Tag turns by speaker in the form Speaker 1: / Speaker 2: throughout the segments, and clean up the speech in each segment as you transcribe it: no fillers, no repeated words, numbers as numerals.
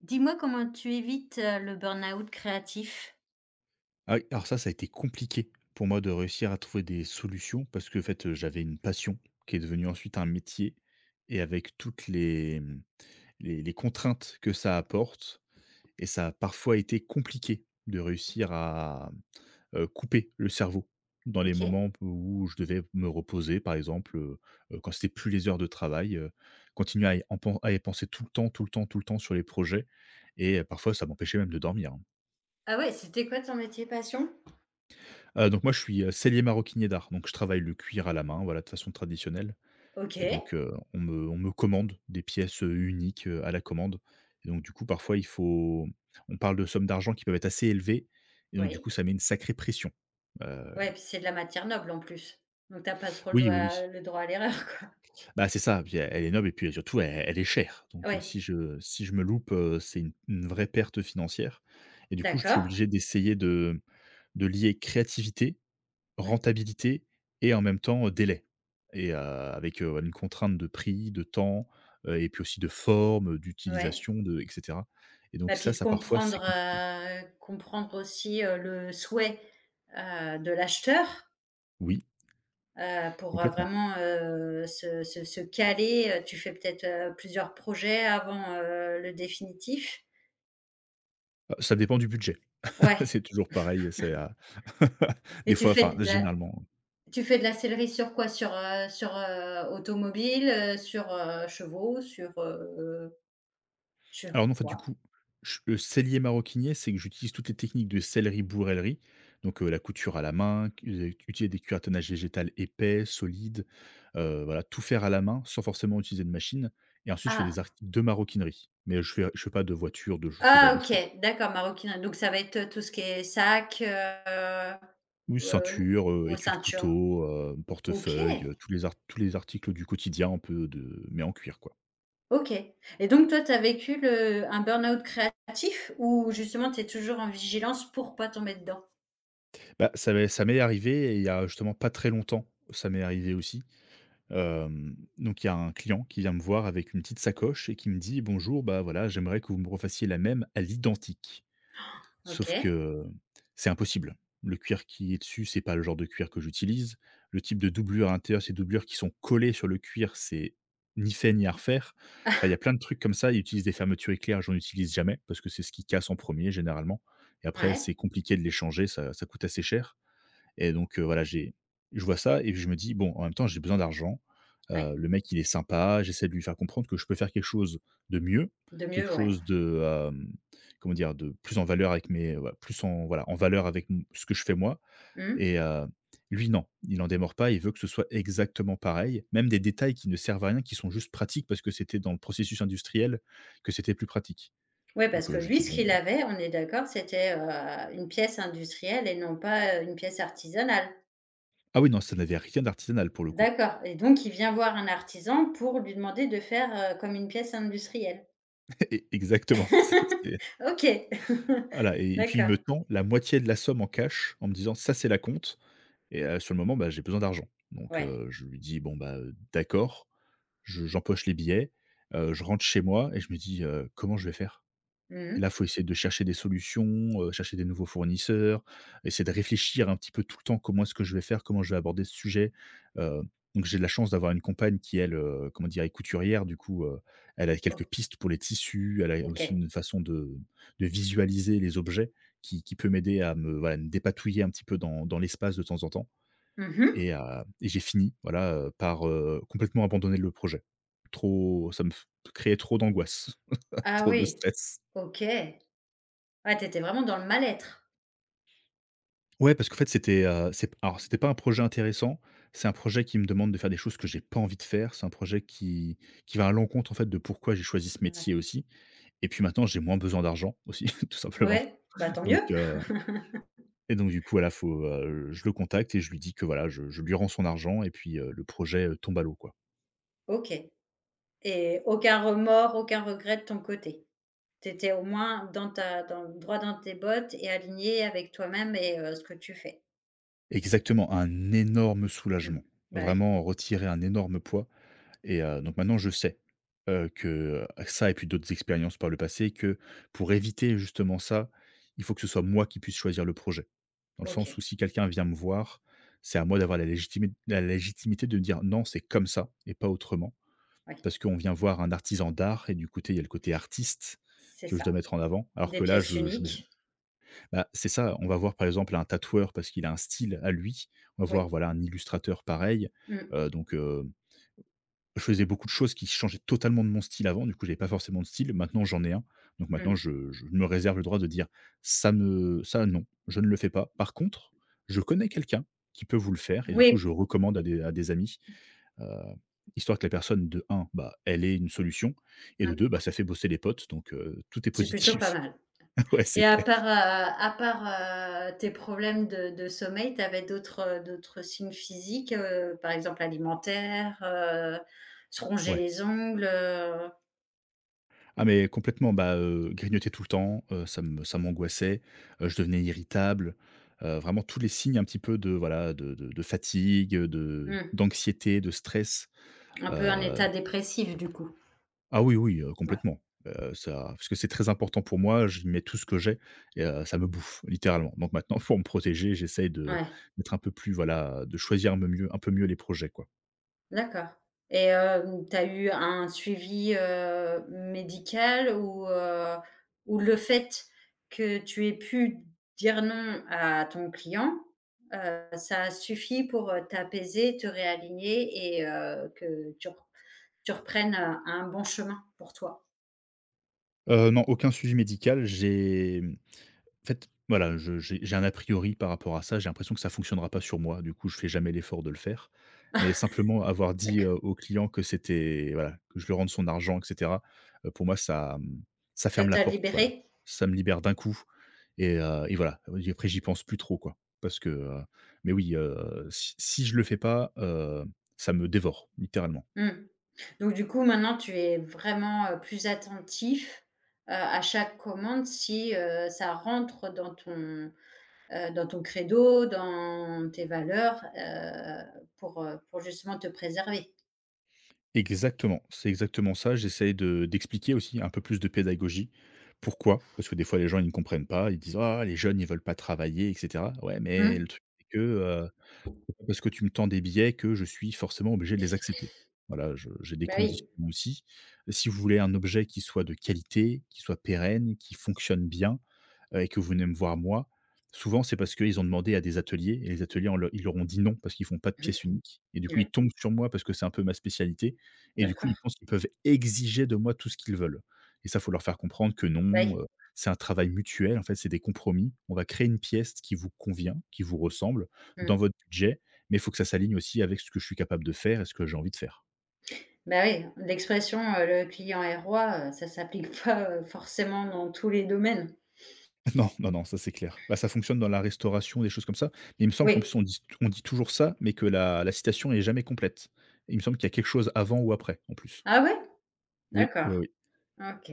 Speaker 1: Dis-moi comment tu évites, le burn-out créatif?
Speaker 2: Ah oui, alors ça a été compliqué pour moi de réussir à trouver des solutions parce que qu'en fait, j'avais une passion qui est devenue ensuite un métier et avec toutes les, mmh, les contraintes que ça apporte et ça a parfois été compliqué de réussir à couper le cerveau dans les
Speaker 1: OK.
Speaker 2: moments où je devais me reposer, par exemple, quand c'était plus les heures de travail, continuer à y penser tout le temps, tout le temps, tout le temps sur les projets et parfois ça m'empêchait même de dormir, hein.
Speaker 1: Ah ouais, c'était quoi ton métier passion?
Speaker 2: Donc moi je suis, sellier maroquinier d'art, donc je travaille le cuir à la main, voilà, de façon traditionnelle. Et
Speaker 1: OK,
Speaker 2: donc on me commande des pièces, uniques, à la commande et donc du coup parfois il faut on parle de sommes d'argent qui peuvent être assez élevées et donc du
Speaker 1: oui.
Speaker 2: coup ça met une sacrée pression. Heu,
Speaker 1: Ouais, puis c'est de la matière noble en plus. Donc t'as pas trop le
Speaker 2: oui, oui, oui.
Speaker 1: droit le droit à l'erreur quoi.
Speaker 2: Bah, c'est ça, puis elle est noble et puis surtout elle est chère donc
Speaker 1: Ouais,
Speaker 2: si je me loupe, c'est une vraie perte financière et du coup je suis
Speaker 1: d'accord.
Speaker 2: obligé d'essayer de lier créativité,
Speaker 1: Ouais.
Speaker 2: rentabilité et en même temps, délai et avec, une contrainte de prix, de temps, et puis aussi de forme,
Speaker 1: Ouais.
Speaker 2: d'utilisation, de et cetera, et donc
Speaker 1: Bah, puis
Speaker 2: ça
Speaker 1: de
Speaker 2: ça parfois c'est compliqué.
Speaker 1: comprendre aussi, le souhait, de l'acheteur,
Speaker 2: Oui,
Speaker 1: pour,
Speaker 2: complètement.
Speaker 1: vraiment, se caler, tu fais peut-être, plusieurs projets avant, le définitif?
Speaker 2: Ça dépend du budget.
Speaker 1: Ouais
Speaker 2: C'est toujours pareil, c'est,
Speaker 1: et
Speaker 2: des fois, enfin généralement.
Speaker 1: tu fais de la sellerie sur quoi? Sur, automobile, sur, chevaux, sur
Speaker 2: Alors non, en fait, du
Speaker 1: quoi?
Speaker 2: coup, ch le sellier maroquinier, c'est que j'utilise toutes les techniques de sellerie-bourrellerie, donc la couture à la main, cu utiliser des curatanages végétal épais, solides, voilà, tout faire à la main sans forcément utiliser de machine et ensuite je fais des
Speaker 1: Ah!
Speaker 2: articles de maroquinerie, mais je fais pas de voiture, de ce genre
Speaker 1: Ah
Speaker 2: de choses.
Speaker 1: OK, d'accord, maroquinerie. Donc ça va être, tout ce qui est sac,
Speaker 2: Oui,
Speaker 1: heu,
Speaker 2: ceinture,
Speaker 1: ou
Speaker 2: étui de
Speaker 1: ceinture.
Speaker 2: couteau,
Speaker 1: OK,
Speaker 2: portefeuille, tous les articles du quotidien un peu, de mais en cuir, quoi.
Speaker 1: OK. Et donc toi, tu as vécu le un burn-out créatif où justement tu es toujours en vigilance pour pas tomber dedans?
Speaker 2: Bah, ça m'est arrivé et il y a justement pas très longtemps, ça m'est arrivé aussi. Donc il y a un client qui vient me voir avec une petite sacoche et qui me dit: «Bonjour, bah, voilà, j'aimerais que vous me refassiez la même à l'identique». Sauf
Speaker 1: OK.
Speaker 2: que c'est impossible. Le cuir qui est dessus, c'est pas le genre de cuir que j'utilise. Le type de doublure à l'intérieur, ces doublures qui sont collées sur le cuir, c'est ni fait ni à refaire. Enfin, il y a plein de trucs comme ça. Ils utilisent des fermetures éclair, j'en utilise jamais parce que c'est ce qui casse en premier généralement et après
Speaker 1: Ouais,
Speaker 2: c'est compliqué de les changer, ça ça coûte assez cher. Et donc, voilà, j'ai je vois ça et je me dis: «Bon, en même temps, j'ai besoin d'argent».
Speaker 1: ouais,
Speaker 2: Le mec, il est sympa, j'essaie de lui faire comprendre que je peux faire quelque chose de mieux,
Speaker 1: de
Speaker 2: quelque
Speaker 1: mieux, ouais.
Speaker 2: chose de, comment dire? De plus en valeur avec mes, ouais, plus en, voilà, en valeur avec m ce que je fais moi
Speaker 1: Mmh.
Speaker 2: et lui, non, il en démord pas, il veut que ce soit exactement pareil, même des détails qui ne servent à rien, qui sont juste pratiques parce que c'était dans le processus industriel que c'était plus pratique.
Speaker 1: Ouais, parce
Speaker 2: Donc,
Speaker 1: que
Speaker 2: je
Speaker 1: lui,
Speaker 2: dis:
Speaker 1: ce
Speaker 2: «Bon»,
Speaker 1: qu'il
Speaker 2: hein.
Speaker 1: avait, on est d'accord, c'était, une pièce industrielle et non pas, une pièce artisanale?
Speaker 2: Ah oui, non, ça n'avait rien d'artisanal pour le coup.
Speaker 1: D'accord et donc il vient voir un artisan pour lui demander de faire, comme une pièce industrielle?
Speaker 2: E Exactement, c'est
Speaker 1: OK.
Speaker 2: voilà. Et puis il
Speaker 1: D'accord.
Speaker 2: me tend la moitié de la somme en cash en me disant: «Ça, c'est la compte» et sur le moment, bah, j'ai besoin d'argent. Donc
Speaker 1: Ouais.
Speaker 2: je lui dis: «Bon, bah, d'accord». Je j'empoche les billets, je rentre chez moi et je me dis: comment je vais faire?» Et là,
Speaker 1: Mmh.
Speaker 2: faut essayer de chercher des solutions, chercher des nouveaux fournisseurs, essayer de réfléchir un petit peu tout le temps: «Comment est-ce que je vais faire? Comment je vais aborder ce sujet?» heu, donc j'ai de la chance d'avoir une compagne qui, elle, comment dire, est couturière. Du coup, elle a
Speaker 1: O
Speaker 2: quelques pistes pour les tissus, elle a
Speaker 1: OK.
Speaker 2: aussi une façon de visualiser les objets qui peut m'aider à me, voilà, me dépatouiller un petit peu dans l'espace de temps en temps
Speaker 1: Mmh.
Speaker 2: et heu et j'ai fini, voilà, par, complètement abandonner le projet. Trop, ça me f créait trop d'angoisse,
Speaker 1: Ah
Speaker 2: trop de
Speaker 1: oui.
Speaker 2: stress.
Speaker 1: OK. Ah, t'étais vraiment dans le mal-être?
Speaker 2: Ouais, parce qu'en fait, c'était, c'est alors c'était pas un projet intéressant. C'est un projet qui me demande de faire des choses que j'ai pas envie de faire. C'est un projet qui va à l'encontre, en fait, de pourquoi j'ai choisi ce
Speaker 1: Ouais.
Speaker 2: métier aussi et puis maintenant, j'ai moins besoin d'argent aussi, tout simplement.
Speaker 1: Ouais, bah, tant mieux.
Speaker 2: Donc, heu et donc du coup, voilà, faut, je le contacte et je lui dis que, voilà, je lui rends son argent et puis, le projet, tombe à l'eau, quoi.
Speaker 1: OK, et aucun remords, aucun regret de ton côté? Tu étais au moins dans ta dans droit dans tes bottes et aligné avec toi-même et ce que tu fais.
Speaker 2: Exactement, un énorme
Speaker 1: Mmh.
Speaker 2: soulagement.
Speaker 1: Bah, oui,
Speaker 2: Vraiment retirer un énorme poids. Et donc maintenant je sais, que ça et puis d'autres expériences par le passé, que pour éviter justement ça, il faut que ce soit moi qui puisse choisir le projet. Dans le sens
Speaker 1: OK,
Speaker 2: où si quelqu'un vient me voir, c'est à moi d'avoir la légitimité de dire: «Non, c'est comme ça et pas autrement».
Speaker 1: oui,
Speaker 2: Parce qu'on vient voir un artisan d'art et du côté, il y a le côté artiste
Speaker 1: c'est
Speaker 2: que je dois
Speaker 1: ça.
Speaker 2: mettre en avant. Alors
Speaker 1: Des
Speaker 2: que là,
Speaker 1: pièces
Speaker 2: je mets,
Speaker 1: uniques,
Speaker 2: bah, c'est ça, on va voir par exemple un tatoueur parce qu'il a un style à lui, on va voir,
Speaker 1: oui.
Speaker 2: voilà, un illustrateur pareil,
Speaker 1: Mmh,
Speaker 2: donc je faisais beaucoup de choses qui changeaient totalement de mon style avant, du coup, j'avais pas forcément de style. Maintenant, j'en ai un. Donc maintenant,
Speaker 1: mmh.
Speaker 2: je me réserve le droit de dire: «Ça me, ça non, je ne le fais pas». Par contre, je connais quelqu'un qui peut vous le faire et du
Speaker 1: Oui,
Speaker 2: coup, je recommande à des amis, heu, histoire que la personne, de un, bah, elle ait une solution et de
Speaker 1: mmh,
Speaker 2: deux, bah, ça fait bosser les potes donc tout est
Speaker 1: c'est plutôt pas
Speaker 2: positif.
Speaker 1: mal
Speaker 2: Ouais, c'est
Speaker 1: et à
Speaker 2: clair.
Speaker 1: part, heu, à part, tes problèmes de sommeil, tu avais d'autres signes physiques, par exemple alimentaires, se ronger
Speaker 2: Ouais.
Speaker 1: les ongles?
Speaker 2: Ah mais complètement, bah, grignoter tout le temps, ça m'angoissait, je devenais irritable, vraiment tous les signes un petit peu de, voilà, de fatigue, de
Speaker 1: Mmh,
Speaker 2: d'anxiété, de stress,
Speaker 1: un peu un
Speaker 2: heu
Speaker 1: état dépressif du coup?
Speaker 2: ah oui, oui,
Speaker 1: Ouais,
Speaker 2: complètement, ça parce que c'est très important pour moi, je mets tout ce que j'ai et ça me bouffe littéralement. Donc maintenant pour me protéger, j'essaye de
Speaker 1: ouais.
Speaker 2: d'être un peu plus, voilà, de choisir me mieux un peu mieux les projets, quoi.
Speaker 1: D'accord et tu as eu un suivi, médical ou le fait que tu aies pu dire non à ton client, ça a suffi pour, t'apaiser, te réaligner et que tu reprennes, un bon chemin pour toi?
Speaker 2: Non, aucun suivi médical, j'ai en fait, voilà, je j'ai un a priori par rapport à ça. J'ai l'impression que ça fonctionnera pas sur moi. Du coup, je fais jamais l'effort de le faire. Mais simplement avoir
Speaker 1: D'acc
Speaker 2: dit, au client que c'était, voilà, que je lui rende son argent, et cetera, pour moi ça, ça
Speaker 1: Ça
Speaker 2: ferme la
Speaker 1: t'a
Speaker 2: porte, voilà.
Speaker 1: libéré?
Speaker 2: Ça me libère d'un coup et voilà. Oui, après j'y pense plus trop, quoi. Parce que, mais oui, si je le fais pas, ça me dévore, littéralement.
Speaker 1: Mmh. Donc du coup, maintenant tu es vraiment, plus attentif, à chaque commande si, ça rentre dans ton credo, dans tes valeurs, pour justement te préserver.
Speaker 2: Exactement, c'est exactement ça. J'essaye de d'expliquer aussi un peu plus de pédagogie. Pourquoi? Parce que des fois, les gens, ils ne comprennent pas. Ils disent: «Ah, les jeunes, ils veulent pas travailler, et cetera». Ouais, mais
Speaker 1: Mmh.
Speaker 2: le truc, c'est que, c'est pas parce que tu me tends des billets que je suis forcément obligé de les accepter. Voilà, je j'ai des
Speaker 1: Bah,
Speaker 2: conditions
Speaker 1: oui.
Speaker 2: aussi. Si vous voulez un objet qui soit de qualité, qui soit pérenne, qui fonctionne bien, et que vous venez me voir moi, souvent c'est parce qu'ils ont demandé à des ateliers et les ateliers on leur ils leur ont dit non parce qu'ils font pas de pièces uniques et du coup
Speaker 1: Ouais,
Speaker 2: ils tombent sur moi parce que c'est un peu ma spécialité et du coup ils
Speaker 1: d'accord.
Speaker 2: pensent qu'ils peuvent exiger de moi tout ce qu'ils veulent et ça, faut leur faire comprendre que
Speaker 1: Oui.
Speaker 2: non, c'est un travail mutuel, en fait, c'est des compromis. On va créer une pièce qui vous convient, qui vous ressemble
Speaker 1: Mmh.
Speaker 2: dans votre budget, mais il faut que ça s'aligne aussi avec ce que je suis capable de faire et ce que j'ai envie de faire.
Speaker 1: Bah, oui, l'expression, «le client est roi», ça s'applique pas, forcément dans tous les domaines.
Speaker 2: Non, non, non, ça c'est clair. Bah, ça fonctionne dans la restauration, des choses comme ça. Mais il me semble qu'en
Speaker 1: Oui.
Speaker 2: plus on dit toujours ça, mais que la citation est jamais complète. Il me semble qu'il y a quelque chose avant ou après, en plus.
Speaker 1: Ah ouais?
Speaker 2: Oui, oui,
Speaker 1: D'accord.
Speaker 2: oui.
Speaker 1: OK.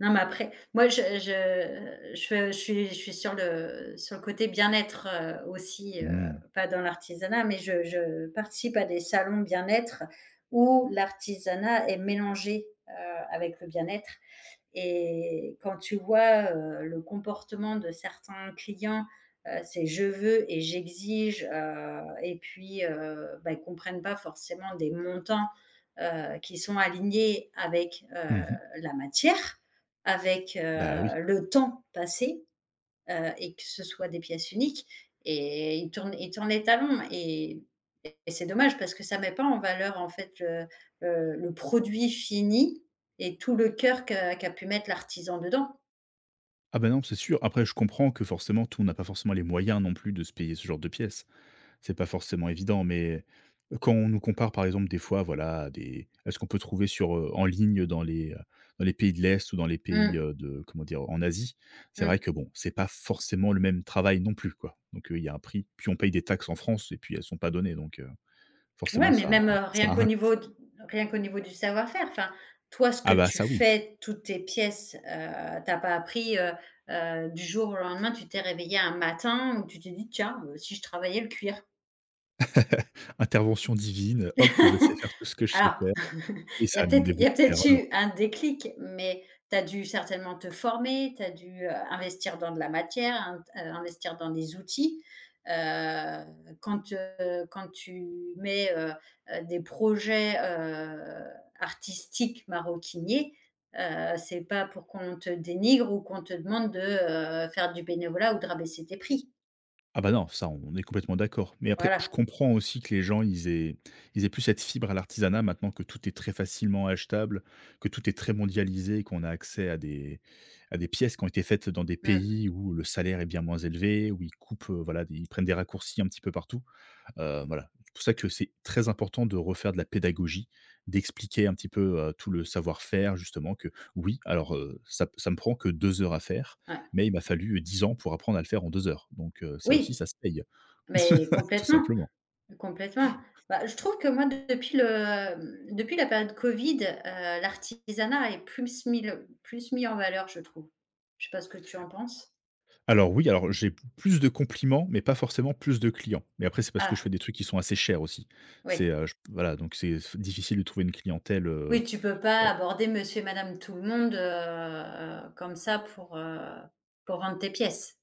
Speaker 1: Non, mais après, moi, je suis sur le côté bien-être, aussi,
Speaker 2: Mmh.
Speaker 1: pas dans l'artisanat, mais je participe à des salons bien-être où l'artisanat est mélangé, avec le bien-être et quand tu vois, le comportement de certains clients, c'est: «Je veux et j'exige», et puis, bah, ils comprennent pas forcément des montants, qui sont alignés avec,
Speaker 2: Mmh.
Speaker 1: la matière, avec
Speaker 2: Bah, oui.
Speaker 1: le temps passé, et que ce soit des pièces uniques. Et il tourne les talons. Et c'est dommage parce que ça ne met pas en valeur en fait le produit fini et tout le cœur qu'a pu mettre l'artisan dedans.
Speaker 2: Ah, bah, non, c'est sûr. Après je comprends que forcément tout n'a pas forcément les moyens non plus de se payer ce genre de pièces. C'est pas forcément évident, mais quand on nous compare, par exemple, des fois, voilà, à ce qu'on peut trouver sur, en ligne dans dans les pays de l'Est ou dans les pays,
Speaker 1: Mm,
Speaker 2: de comment dire? En Asie, c'est vrai
Speaker 1: mm.
Speaker 2: que bon, c'est pas forcément le même travail non plus, quoi. Donc, il y a un prix. Puis on paye des taxes en France et puis elles sont pas données, donc,
Speaker 1: Ouais,
Speaker 2: forcément
Speaker 1: mais
Speaker 2: ça
Speaker 1: même,
Speaker 2: ça a un coût.
Speaker 1: rien qu'au niveau du savoir-faire, enfin, toi, ce que
Speaker 2: Ah bah,
Speaker 1: tu
Speaker 2: ça oui.
Speaker 1: fais, toutes tes pièces, tu pas appris, du jour au lendemain, tu t'es réveillé un matin où tu t'es dit: «Tiens, si je travaillais le cuir».
Speaker 2: Intervention divine, hop, je sais faire tout ce que je sais
Speaker 1: Alors,
Speaker 2: faire. Et
Speaker 1: il y
Speaker 2: ça
Speaker 1: a
Speaker 2: a
Speaker 1: peut-être
Speaker 2: demandé
Speaker 1: il y a
Speaker 2: beaucoup
Speaker 1: peut-être
Speaker 2: d'erreurs.
Speaker 1: eu un déclic, mais tu as dû certainement te former, tu as dû, investir dans de la matière, in investir dans des outils. Heu, quand tu mets, des projets, artistiques maroquiniers, c'est pas pour qu'on te dénigre ou qu'on te demande de, faire du bénévolat ou de rabaisser tes prix.
Speaker 2: Ah bah non, ça, on est complètement d'accord. Mais après, je
Speaker 1: Voilà.
Speaker 2: comprends aussi que les gens, ils aient plus cette fibre à l'artisanat maintenant que tout est très facilement achetable, que tout est très mondialisé, qu'on a accès à des pièces qui ont été faites dans des
Speaker 1: Mmh.
Speaker 2: pays où le salaire est bien moins élevé, où ils coupent, voilà, ils prennent des raccourcis un petit peu partout. Voilà. C'est pour ça que c'est très important de refaire de la pédagogie, d'expliquer un petit peu, tout le savoir-faire justement que oui, alors, ça me prend que 2 heures à faire,
Speaker 1: Ouais.
Speaker 2: mais il m'a fallu 10 ans pour apprendre à le faire en 2 heures. Donc, ça aussi,
Speaker 1: Oui,
Speaker 2: ça se paye,
Speaker 1: mais
Speaker 2: tout
Speaker 1: complètement.
Speaker 2: simplement.
Speaker 1: Complètement. Bah, je trouve que moi, depuis la période Covid, l'artisanat est plus mis le plus mis en valeur, je trouve. Je sais pas ce que tu en penses?
Speaker 2: Alors oui, alors j'ai plus de compliments, mais pas forcément plus de clients. Mais après, c'est parce que
Speaker 1: Ah,
Speaker 2: je fais des trucs qui sont assez chers aussi.
Speaker 1: oui.
Speaker 2: C'est, je voilà, donc c'est difficile de trouver une clientèle,
Speaker 1: Oui,
Speaker 2: heu.
Speaker 1: tu peux pas aborder monsieur et madame tout le monde, comme ça pour vendre tes pièces.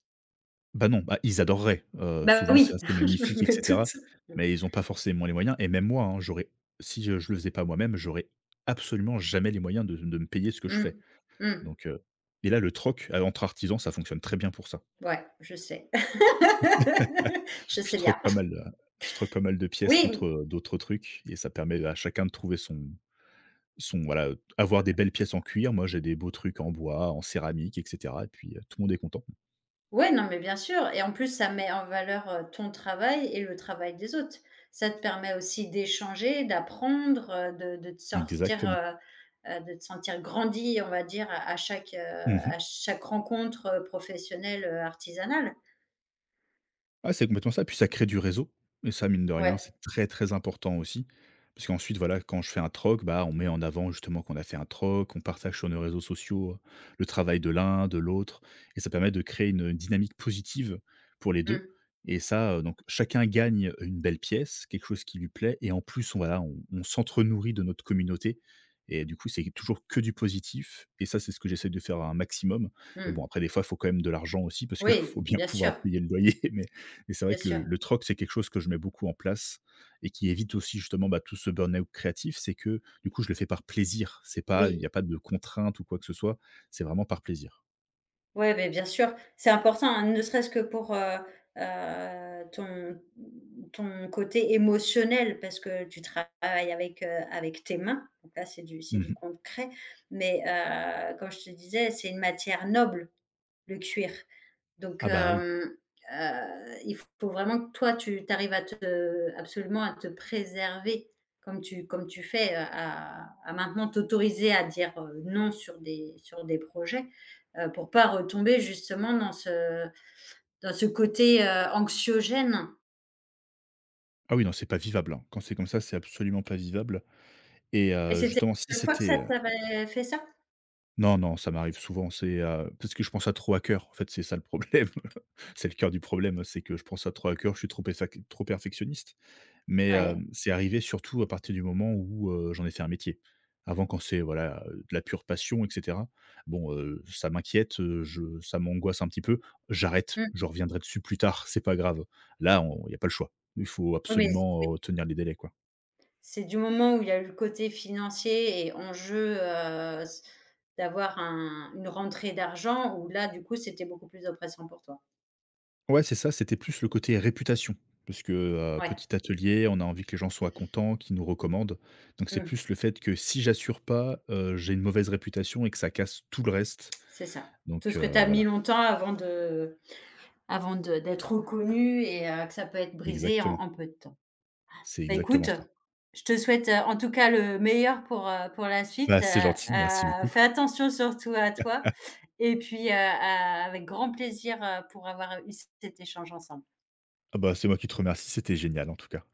Speaker 2: Bah, non, bah, ils adoreraient,
Speaker 1: Bah
Speaker 2: souvent c'est
Speaker 1: oui,
Speaker 2: assez
Speaker 1: je
Speaker 2: magnifique
Speaker 1: me
Speaker 2: et
Speaker 1: doute.
Speaker 2: cetera,
Speaker 1: Mmh.
Speaker 2: mais ils ont pas forcément les moyens et même moi, hein, j'aurais si, je le faisais pas moi-même, j'aurais absolument jamais les moyens de me payer ce que je
Speaker 1: Mmh.
Speaker 2: fais,
Speaker 1: Mmh.
Speaker 2: donc heu. Et là, le troc, entre artisans, ça fonctionne très bien pour ça.
Speaker 1: Ouais, je sais. Je
Speaker 2: Je
Speaker 1: sais bien.
Speaker 2: troque pas mal, je troque pas mal de pièces contre,
Speaker 1: Oui,
Speaker 2: d'autres trucs et ça permet à chacun de trouver son son voilà, avoir des belles pièces en cuir, moi j'ai des beaux trucs en bois, en céramique et cetera et puis, tout le monde est content.
Speaker 1: ouais, non, mais bien sûr et en plus, ça met en valeur, ton travail et le travail des autres. Ça te permet aussi d'échanger, d'apprendre, de te sortir,
Speaker 2: Exactement.
Speaker 1: de te sentir grandi, on va dire, à à chaque, heu,
Speaker 2: Mmh.
Speaker 1: à chaque rencontre, professionnelle, artisanale.
Speaker 2: Ah, c'est complètement ça, puis ça crée du réseau et ça, mine de rien,
Speaker 1: Ouais.
Speaker 2: c'est très, très important aussi. Parce qu'ensuite, voilà, quand je fais un troc, bah, on met en avant justement qu'on a fait un troc, on partage sur nos réseaux sociaux, le travail de l'un, de l'autre et ça permet de créer une dynamique positive pour les
Speaker 1: Mmh,
Speaker 2: deux. Et ça, donc chacun gagne une belle pièce, quelque chose qui lui plaît et en plus, on voilà, on s'entre-nourrit de notre communauté et du coup, c'est toujours que du positif et ça, c'est ce que j'essaie de faire un maximum. Mais bon,
Speaker 1: mmh.
Speaker 2: après des fois, il faut quand même de l'argent aussi parce qu'il
Speaker 1: Oui,
Speaker 2: faut bien
Speaker 1: bien sûr,
Speaker 2: pouvoir payer le loyer mais et c'est vrai
Speaker 1: bien
Speaker 2: que
Speaker 1: sûr.
Speaker 2: le troc, c'est quelque chose que je mets beaucoup en place et qui évite aussi justement, bah, tout ce burn-out créatif. C'est que, du coup, je le fais par plaisir. C'est pas il y
Speaker 1: Oui.
Speaker 2: a pas de contrainte ou quoi que ce soit. C'est vraiment par plaisir.
Speaker 1: Ouais, mais bien sûr, c'est important, hein, ne serait-ce que pour, heu, ton ton côté émotionnel parce que tu travailles avec, avec tes mains, donc là, c'est du
Speaker 2: Mmh.
Speaker 1: concret, mais comme je te disais, c'est une matière noble, le cuir. Donc,
Speaker 2: Ah bah, oui.
Speaker 1: il faut vraiment que toi, tu arrives à te absolument à te préserver comme tu fais, à maintenant t'autoriser à dire, non sur des projets, pour pas retomber justement dans ce côté, anxiogène
Speaker 2: Ah oui, non, c'est pas vivable, hein. Quand c'est comme ça, c'est absolument pas vivable et
Speaker 1: et c'était
Speaker 2: justement, si
Speaker 1: la seule fois que ça
Speaker 2: c'était.
Speaker 1: t'avait fait ça?
Speaker 2: Non, non, ça m'arrive souvent. C'est, parce que je pense à trop à cœur. En fait, c'est ça le problème. C'est le cœur du problème, c'est que je pense à trop à cœur. Je suis trop perfectionniste. Mais,
Speaker 1: Ouais.
Speaker 2: c'est arrivé surtout à partir du moment où, j'en ai fait un métier. Avant quand c'est voilà, de la pure passion et cetera, bon, ça m'inquiète, je ça m'angoisse un petit peu, j'arrête,
Speaker 1: Mmh.
Speaker 2: je reviendrai dessus plus tard, c'est pas grave. Là, il y a pas le choix. Il faut
Speaker 1: Oui, mais
Speaker 2: absolument,
Speaker 1: oui.
Speaker 2: tenir les délais, quoi.
Speaker 1: C'est du moment où il y a eu le côté financier et enjeu, s d'avoir un une rentrée d'argent où là, du coup, c'était beaucoup plus oppressant pour toi.
Speaker 2: Ouais, c'est ça, c'était plus le côté réputation parce que,
Speaker 1: Ouais,
Speaker 2: petit atelier, on a envie que les gens soient contents, qu'ils nous recommandent. Donc c'est
Speaker 1: mmh,
Speaker 2: plus le fait que si j'assure pas, j'ai une mauvaise réputation et que ça casse tout le reste.
Speaker 1: c'est ça. Tout
Speaker 2: Donc,
Speaker 1: ce que tu as mis
Speaker 2: voilà,
Speaker 1: longtemps avant de d'être reconnu et que ça peut être brisé en
Speaker 2: exactement.
Speaker 1: en peu de temps.
Speaker 2: C'est
Speaker 1: Bah, écoute,
Speaker 2: exactement ça.
Speaker 1: je te souhaite, en tout cas le meilleur pour la suite,
Speaker 2: Bah, c'est gentil, merci beaucoup.
Speaker 1: fais attention surtout à toi et puis, a avec grand plaisir, pour avoir eu cet échange ensemble.
Speaker 2: Ah bah, c'est moi qui te remercie, c'était génial en tout cas.